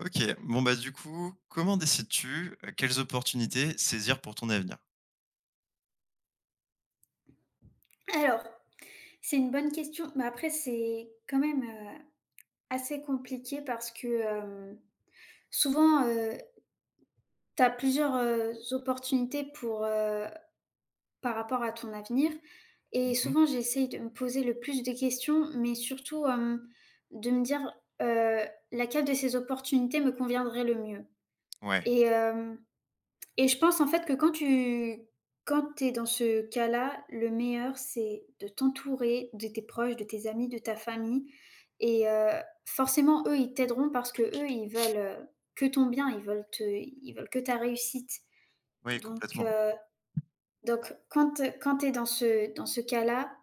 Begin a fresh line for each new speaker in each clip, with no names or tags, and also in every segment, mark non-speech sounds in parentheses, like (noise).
OK. Bon, bah, du coup, comment décides-tu, quelles opportunités saisir pour ton avenir?
Alors, c'est une bonne question, mais après c'est quand même, assez compliqué parce que, souvent, tu as plusieurs, opportunités pour, par rapport à ton avenir, et
Mmh.
souvent j'essaye de me poser le plus de questions, mais surtout, de me dire, heu, laquelle de ces opportunités me conviendrait le mieux
Ouais,
et hem Et je pense en fait que quand tu es dans ce cas-là, le meilleur c'est de t'entourer de tes proches, de tes amis, de ta famille et forcément eux, ils t'aideront parce que eux ils veulent, que ton bien, ils veulent te ils veulent que ta réussite.
oui,
Donc
complètement.
heu, donc quand tu es dans ce cas-là,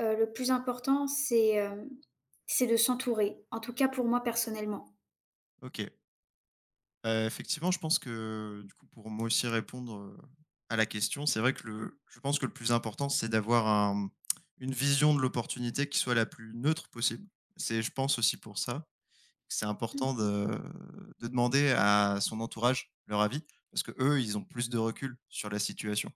le plus important c'est, c'est de s'entourer. En tout cas pour moi personnellement.
OK. Effectivement, je pense que, du coup, pour moi aussi répondre, à la question, c'est vrai que le je pense que le plus important, c'est d'avoir un une vision de l'opportunité qui soit la plus neutre possible. C'est je pense aussi pour ça, que c'est important
Mmh.
de demander à son entourage leur avis parce que eux ils ont plus de recul sur la situation.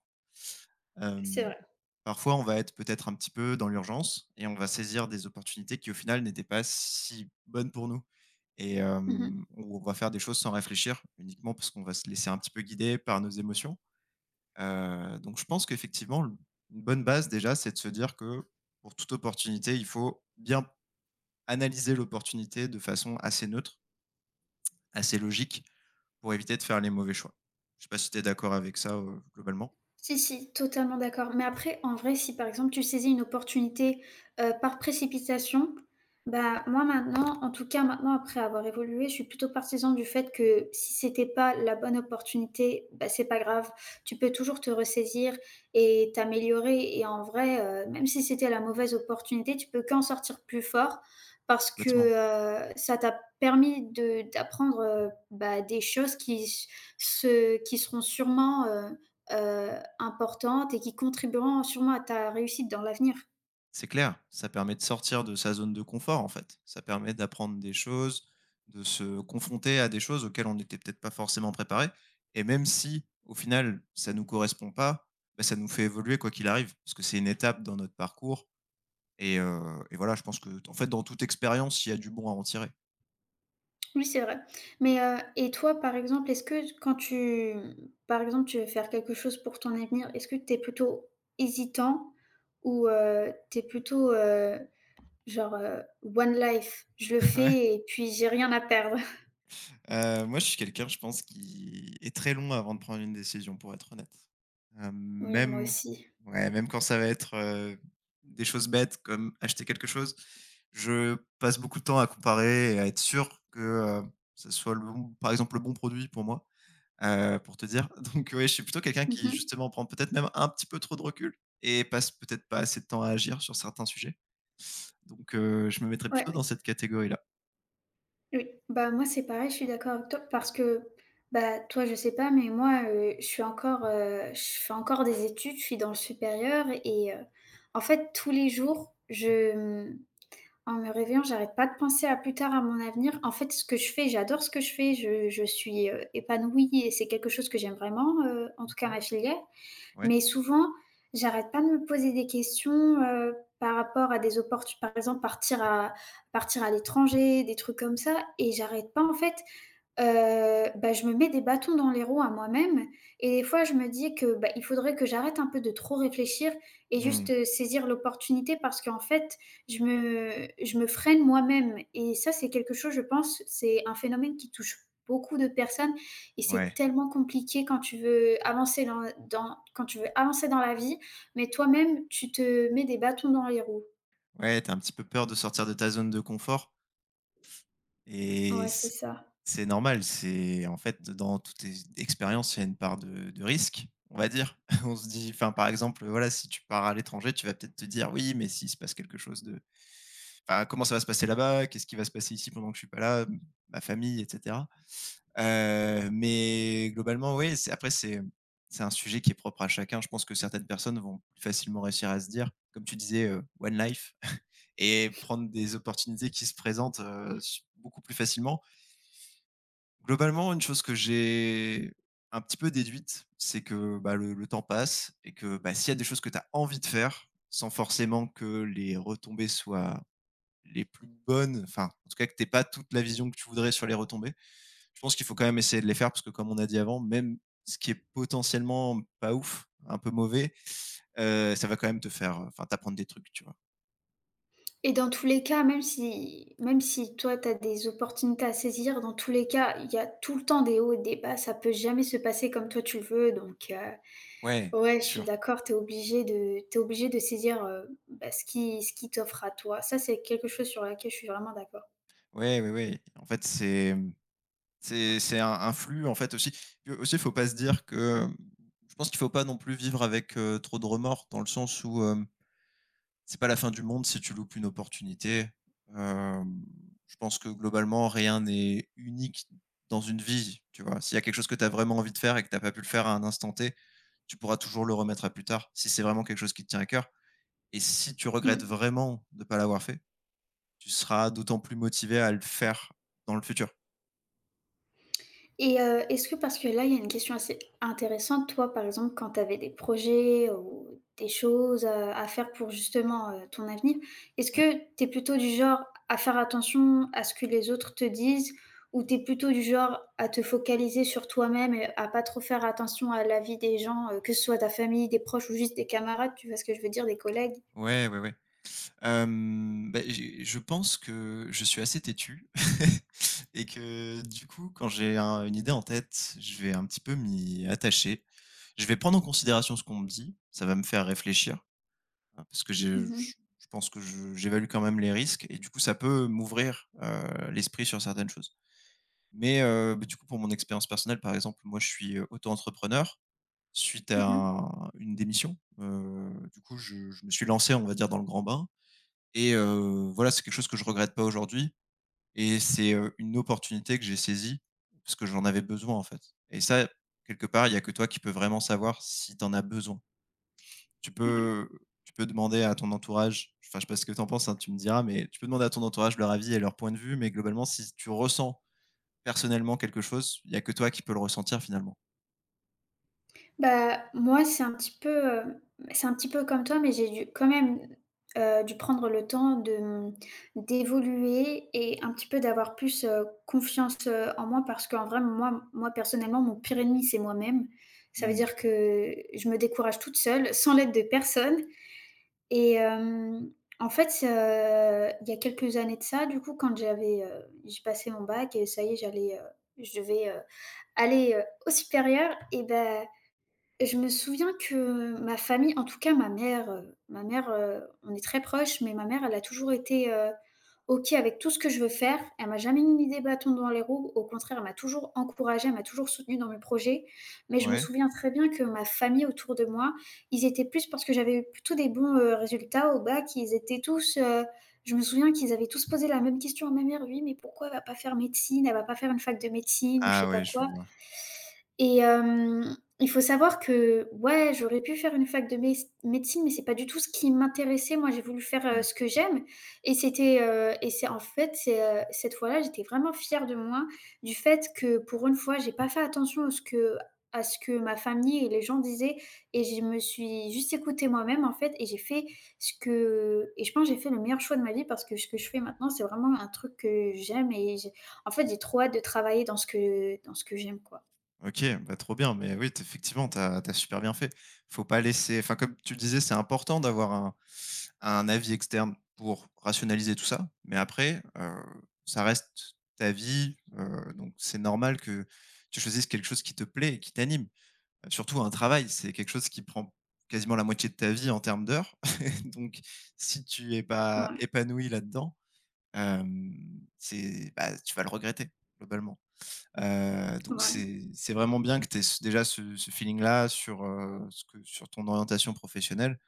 C'est
Hem
vrai.
Parfois, on va être peut-être un petit peu dans l'urgence et on va saisir des opportunités qui, au final, n'étaient pas si bonnes pour nous. Et
Mmh.
on va faire des choses sans réfléchir, uniquement parce qu'on va se laisser un petit peu guider par nos émotions. Donc je pense qu'effectivement, l une bonne base déjà, c'est de se dire que pour toute opportunité, il faut bien analyser l'opportunité de façon assez neutre, assez logique, pour éviter de faire les mauvais choix. Je sais pas si tu es d'accord avec ça, globalement?
Si, si, totalement d'accord. Mais après, en vrai, si par exemple tu saisis une opportunité, par précipitation, bah, moi maintenant, en tout cas maintenant après avoir évolué, je suis plutôt partisan du fait que si c'était pas la bonne opportunité, bah, c'est pas grave. Tu peux toujours te ressaisir et t'améliorer et en vrai, même si c'était la mauvaise opportunité, tu peux qu'en sortir plus fort parce que,
Complètement,
ça t'a permis de d'apprendre, bah, des choses qui s se qui seront sûrement, heu, importantes et qui contribueront sûrement à ta réussite dans l'avenir.
c'est clair. Ça permet de sortir de sa zone de confort, en fait. Ça permet d'apprendre des choses, de se confronter à des choses auxquelles on n'était peut-être pas forcément préparé. Et même si, au final, ça nous correspond pas, bah, ça nous fait évoluer quoi qu'il arrive, parce que c'est une étape dans notre parcours. Et voilà, je pense que, en fait, dans toute expérience, il y a du bon à en tirer.
Oui, c'est vrai. Mais, et toi, par exemple, est-ce que quand tu par exemple, tu veux faire quelque chose pour ton avenir, est-ce que tu es plutôt hésitant ou, tu es plutôt, genre, «One life, je le
(laughs) Ouais.
fais et puis j'ai rien à perdre»? (laughs)
Moi, je suis quelqu'un, je pense, qui est très long avant de prendre une décision, pour être honnête.
Oui, moi
Même
aussi.
Ouais, même quand ça va être, des choses bêtes comme acheter quelque chose, je passe beaucoup de temps à comparer et à être sûr que, ce soit le bon par exemple, le bon produit pour moi, pour te dire. (laughs) Donc ouais, je suis plutôt quelqu'un qui,
Mmh.
justement, prend peut-être même un petit peu trop de recul et passe peut-être pas assez de temps à agir sur certains sujets. Donc je me mettrais
Ouais.
plutôt dans cette catégorie-là.
Oui, bah, moi, c'est pareil, je suis d'accord avec toi parce que, bah, toi, je sais pas, mais moi, je suis encore, je fais encore des études, je suis dans le supérieur et en fait, tous les jours, en me réveillant, j'arrête pas de penser à plus tard, à mon avenir. En fait, ce que je fais, j'adore ce que je fais, je suis, épanouie et c'est quelque chose que j'aime vraiment, en tout cas
Mmh.
ma filière.
Ouais.
Mais souvent, j'arrête pas de me poser des questions, par rapport à des opportunités, par exemple, partir à l'étranger, des trucs comme ça et j'arrête pas, en fait. Bah, je me mets des bâtons dans les roues à moi-même et des fois je me dis que, bah, il faudrait que j'arrête un peu de trop réfléchir et
Mmh.
juste, saisir l'opportunité parce qu'en fait, je me freine moi-même et ça, c'est quelque chose, je pense, c'est un phénomène qui touche beaucoup de personnes et c'est
Ouais.
tellement compliqué quand tu veux avancer dans la vie, mais toi-même, tu te mets des bâtons dans les roues.
Ouais, t'as un petit peu peur de sortir de ta zone de confort. Et
Ouais, c'est
c
ça.
c'est normal, c'est en fait, dans toutes ex expérience, il y a une part de risque, on va dire. (laughs) On se dit enfin, par exemple, voilà, si tu pars à l'étranger, tu vas peut-être te dire: «Oui, mais s'il se passe quelque chose de enfin, comment ça va se passer là-bas? Qu'est-ce qui va se passer ici pendant que je suis pas là? Mmh, ma famille?» et cetera. Mais globalement, oui, c'est un sujet qui est propre à chacun. Je pense que certaines personnes vont plus facilement réussir à se dire, comme tu disais, «One life» (laughs) et prendre des opportunités qui se présentent, beaucoup plus facilement. Globalement, une chose que j'ai un petit peu déduite, c'est que, bah, le temps passe et que, bah, s'il y a des choses que tu as envie de faire, sans forcément que les retombées soient les plus bonnes, enfin, en tout cas que tu pas toute la vision que tu voudrais sur les retombées, je pense qu'il faut quand même essayer de les faire parce que comme on a dit avant, même ce qui est potentiellement pas ouf, un peu mauvais, ça va quand même te faire, enfin, t'apprendre des trucs, tu vois?
Et dans tous les cas, même si toi tu as des opportunités à saisir, dans tous les cas, il y a tout le temps des hauts et des bas, ça peut jamais se passer comme toi tu le veux, donc
Ouais.
ouais,
C'est
je suis
sûr.
d'accord, tu es obligé de saisir, bah, ce qui t'offre à toi. Ça, c'est quelque chose sur laquelle je suis vraiment d'accord.
Ouais, ouais, ouais. En fait, c'est un flux, en fait, aussi. Puis aussi, faut pas se dire que je pense qu'il faut pas non plus vivre avec, trop de remords dans le sens où, c'est pas la fin du monde si tu loupes une opportunité. Hem, je pense que globalement, rien n'est unique dans une vie, tu vois? S'il y a quelque chose que tu as vraiment envie de faire et que t'as pas pu le faire à un instant T, tu pourras toujours le remettre à plus tard, si c'est vraiment quelque chose qui te tient à cœur et si tu
Mmh.
regrettes vraiment de pas l'avoir fait, tu seras d'autant plus motivé à le faire dans le futur.
Et est-ce que parce que là, il y a une question assez intéressante, toi, par exemple, quand tu avais des projets ou des choses, à faire pour justement, ton avenir, est-ce
Ouais.
que tu es plutôt du genre à faire attention à ce que les autres te disent? Ou tu es plutôt du genre à te focaliser sur toi-même et à pas trop faire attention à l'avis des gens, que ce soit ta famille, des proches ou juste des camarades, tu vois ce que je veux dire, des collègues?
Ouais, ouais, ouais. Bah, j'ai je pense que je suis assez têtu (laughs) et que du coup, quand j'ai un une idée en tête, je vais un petit peu m'y attacher. Je vais prendre en considération ce qu'on me dit, ça va me faire réfléchir, hein, parce que je
Mmh mh.
je je pense que je j'évalue quand même les risques et du coup, ça peut m'ouvrir, l'esprit sur certaines choses. Mais bah, du coup, pour mon expérience personnelle, par exemple, moi, je suis, auto-entrepreneur suite à
Mmh.
une démission. Du coup, je me suis lancé, on va dire, dans le grand bain et voilà, c'est quelque chose que je regrette pas aujourd'hui et c'est, une opportunité que j'ai saisie parce que j'en avais besoin, en fait et ça, quelque part, il y a que toi qui peux vraiment savoir si tu en as besoin. Tu
Ouais.
peux Tu peux demander à ton entourage, enfin, je sais pas ce que tu en penses, hein, tu me diras, mais tu peux demander à ton entourage leur avis et leur point de vue, mais globalement, si tu ressens personnellement quelque chose, il y a que toi qui peux le ressentir, finalement.
Bah, moi, c'est un petit peu, c'est un petit peu comme toi, mais j'ai dû quand même, dû prendre le temps d'évoluer et un petit peu d'avoir plus, confiance, en moi parce qu'en vrai, moi, personnellement, mon pire ennemi, c'est moi-même. Ça veut
Mmh.
dire que je me décourage toute seule, sans l'aide de personne et en fait, il y a quelques années de ça, du coup, quand j'avais, j'ai passé mon bac et ça y est, j'allais, je devais, aller, au supérieur et ben je me souviens que ma famille, en tout cas ma mère, on est très proches, mais ma mère, elle a toujours été, OK avec tout ce que je veux faire. Elle m'a jamais mis des bâtons dans les roues. Au contraire, elle m'a toujours encouragée, elle m'a toujours soutenue dans mes projets. Mais je me
Ouais.
souviens très bien que ma famille autour de moi, ils étaient plus parce que j'avais eu plutôt des bons, résultats au bac, ils étaient tous, je me souviens qu'ils avaient tous posé la même question à ma mère: «Oui, mais pourquoi elle va pas faire médecine? Elle va pas faire une fac de médecine ou je sais
Ah
pas
ouais, je
quoi».
vois.
Et il faut savoir que, ouais, j'aurais pu faire une fac de médecine, mais c'est pas du tout ce qui m'intéressait. Moi, j'ai voulu faire, ce que j'aime et et c'est en fait, c'est, cette fois-là, j'étais vraiment fière de moi, du fait que, pour une fois, j'ai pas fait attention à ce que ma famille et les gens disaient et je me suis juste écoutée moi-même, en fait, et j'ai fait ce que et je pense que j'ai fait le meilleur choix de ma vie parce que ce que je fais maintenant, c'est vraiment un truc que j'aime et j'ai en fait, j'ai trop hâte de travailler dans ce que j'aime, quoi.
OK, bah, trop bien, mais oui, t effectivement, t'as as super bien fait. Faut pas laisser enfin, comme tu le disais, c'est important d'avoir un avis externe pour rationaliser tout ça, mais après, ça reste ta vie, donc c'est normal que tu choisisses quelque chose qui te plaît et qui t'anime. Surtout un travail, c'est quelque chose qui prend quasiment la moitié de ta vie en termes d'heures, (laughs) donc si tu es pas
Ouais.
épanoui là-dedans, hem, c'est bah, tu vas le regretter globalement. Donc
Ouais,
c'est vraiment bien que tu aies déjà ce feeling-là sur, ce que sur ton orientation professionnelle,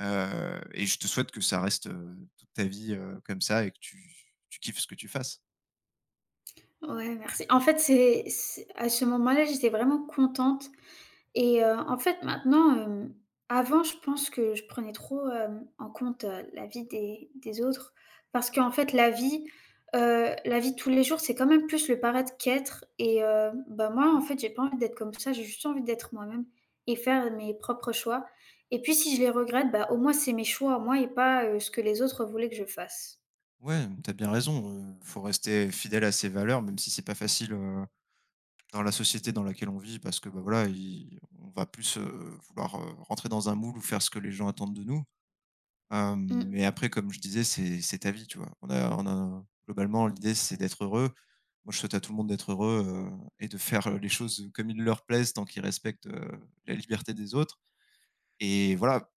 et je te souhaite que ça reste, toute ta vie, comme ça et que tu kiffes ce que tu fasses.
ouais, merci. En fait, c'est à ce moment-là, j'étais vraiment contente et en fait, maintenant, avant, je pense que je prenais trop, en compte, la vie des autres parce qu'en fait, la vie de tous les jours, c'est quand même plus le paraître qu'être et bah, moi, en fait, j'ai pas envie d'être comme ça. J'ai juste envie d'être moi-même et faire mes propres choix et puis si je les regrette, bah, au moins, c'est mes choix à moi et pas, ce que les autres voulaient que je fasse.
Ouais, t'as bien raison, faut rester fidèle à ses valeurs, même si c'est pas facile, dans la société dans laquelle on vit parce que, bah, voilà, i on va plus, vouloir, rentrer dans un moule ou faire ce que les gens attendent de nous. Hem,
Mmh.
mais après, comme je disais, c'est ta vie, tu vois? On a globalement, l'idée, c'est d'être heureux. Moi, je souhaite à tout le monde d'être heureux, et de faire, les choses, comme il leur plaise tant qu'ils respectent, la liberté des autres et voilà,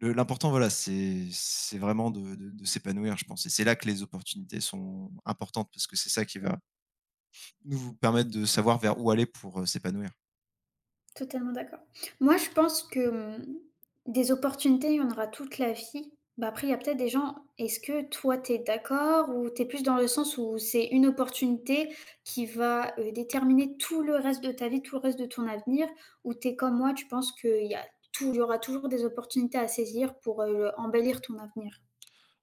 le l'important, voilà, c'est vraiment de s'épanouir, je pense et c'est là que les opportunités sont importantes parce que c'est ça qui va nous permettre de savoir vers où aller pour, s'épanouir.
Totalement d'accord. Moi, je pense que, mmh, des opportunités, il y en aura toute la vie. Bah, après, il y a peut-être des gens, est-ce que toi, tu es d'accord ou tu es plus dans le sens où c'est une opportunité qui va, déterminer tout le reste de ta vie, tout le reste de ton avenir? Ou tu es comme moi, tu penses qu'il y a il y aura toujours des opportunités à saisir pour, embellir ton avenir?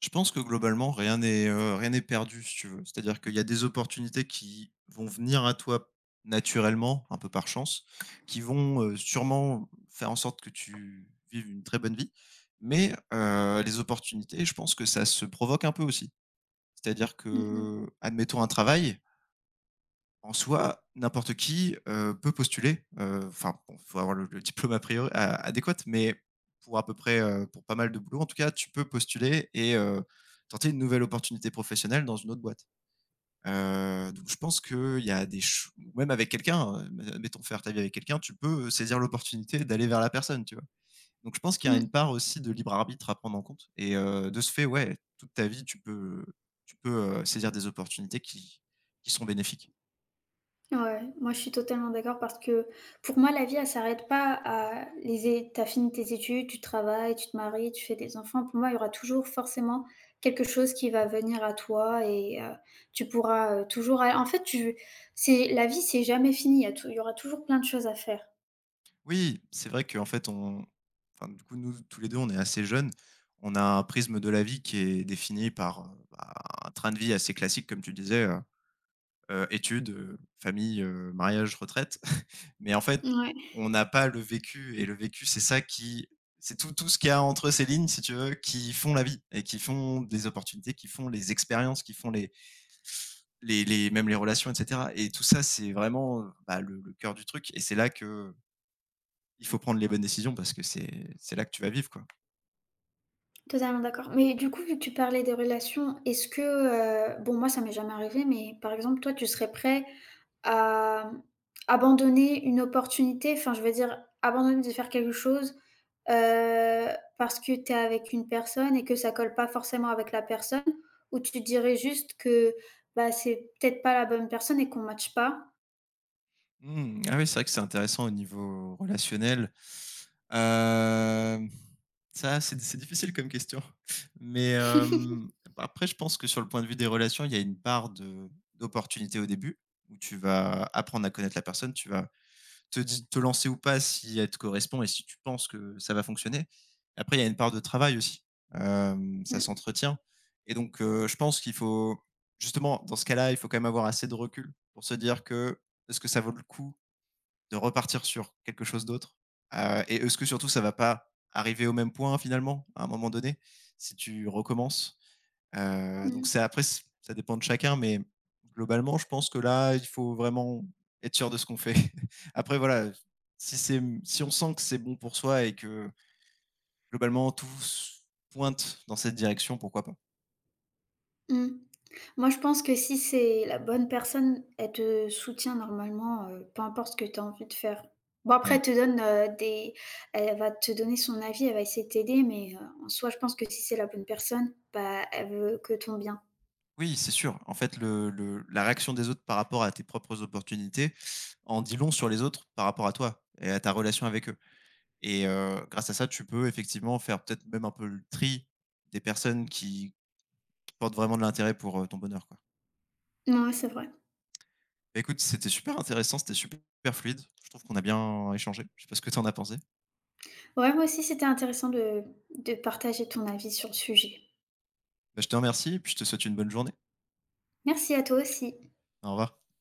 Je pense que globalement, rien n'est perdu si tu veux. C'est-à-dire qu'il y a des opportunités qui vont venir à toi naturellement, un peu par chance, qui vont, sûrement faire en sorte que tu vives une très bonne vie. Mais, les opportunités, je pense que ça se provoque un peu aussi. C'est-à-dire
Mmh.
que, admettons un travail en soi, n'importe qui, peut postuler, enfin bon, faut avoir le (laughs) diplôme a priori a adéquat, mais pour à peu près, pour pas mal de boulot. En tout cas, tu peux postuler et tenter une nouvelle opportunité professionnelle dans une autre boîte. Donc je pense qu'il y a des ch ou même avec quelqu'un, mettons faire ta vie avec quelqu'un, tu peux, saisir l'opportunité d'aller vers la personne, tu vois? Donc je pense qu'il y a
Mmh.
une part aussi de libre arbitre à prendre en compte et de ce fait, ouais, toute ta vie, tu peux, saisir des opportunités qui sont bénéfiques.
Ouais, moi je suis totalement d'accord parce que pour moi la vie elle s'arrête pas à les é tu fini tes études, tu travailles, tu te maries, tu fais des enfants. Pour moi, il y aura toujours forcément quelque chose qui va venir à toi et tu pourras, toujours en fait tu c'est la vie, c'est jamais fini, il y a tou il y aura toujours plein de choses à faire.
Oui, c'est vrai qu'en fait, on enfin, du coup, nous, tous les 2, on est assez jeunes. On a un prisme de la vie qui est défini par, bah, un train de vie assez classique, comme tu disais, études, famille, mariage, retraite. (laughs) Mais en fait,
Ouais.
on n'a pas le vécu et le vécu, c'est ça qui c'est tout ce qu'il y a entre ces lignes, si tu veux, qui font la vie et qui font des opportunités, qui font les expériences, qui font les même les relations et cetera et tout ça, c'est vraiment, bah, le cœur du truc et c'est là que il faut prendre les bonnes décisions parce que c'est là que tu vas vivre, quoi.
Totalement d'accord. Mais du coup, vu que tu parlais des relations, est-ce que, bon moi ça m'est jamais arrivé, mais par exemple toi tu serais prêt à, abandonner une opportunité, enfin je veux dire abandonner de faire quelque chose, heu, parce que tu es avec une personne et que ça colle pas forcément avec la personne? Ou tu dirais juste que, bah, c'est peut-être pas la bonne personne et qu'on matche pas?
Mmh, ah oui, c'est vrai que c'est intéressant au niveau relationnel. Hem, Ça, c'est difficile comme question, mais
(laughs)
après, je pense que sur le point de vue des relations, il y a une part de d'opportunité au début où tu vas apprendre à connaître la personne, tu vas te, di- te lancer ou pas si elle te correspond et si tu penses que ça va fonctionner. Après, il y a une part de travail aussi. Ça
Mmh,
s'entretient. Et donc, je pense qu'il faut, justement, dans ce cas-là, il faut quand même avoir assez de recul pour se dire que est-ce que ça vaut le coup de repartir sur quelque chose d'autre. Et est-ce que surtout, ça va pas arriver au même point finalement, à un moment donné, si tu recommences. Donc
mmh,
c'est après c ça dépend de chacun, mais globalement, je pense que là, il faut vraiment être sûr de ce qu'on fait. (laughs) Après voilà, si on sent que c'est bon pour soi et que globalement tout s pointe dans cette direction, pourquoi pas?
mmh. Moi, je pense que si c'est la bonne personne, elle te soutient normalement, peu importe ce que tu as envie de faire. Bon après,
Ouais.
elle te donne, des elle va te donner son avis, elle va essayer de t'aider, mais, en soi, je pense que si c'est la bonne personne, bah, elle veut que ton bien.
Oui, c'est sûr. En fait, le la réaction des autres par rapport à tes propres opportunités en dit long sur les autres par rapport à toi et à ta relation avec eux et grâce à ça, tu peux effectivement faire peut-être même un peu le tri des personnes qui portent vraiment de l'intérêt pour, ton bonheur, quoi.
Mouais, c'est vrai.
Bah, écoute, c'était super intéressant, c'était super fluide. Je trouve qu'on a bien échangé. Je sais pas ce que tu en as pensé.
Ouais, moi aussi, c'était intéressant de partager ton avis sur le sujet.
Bah, je te remercie et puis je te souhaite une bonne journée.
Merci à toi aussi.
Au revoir.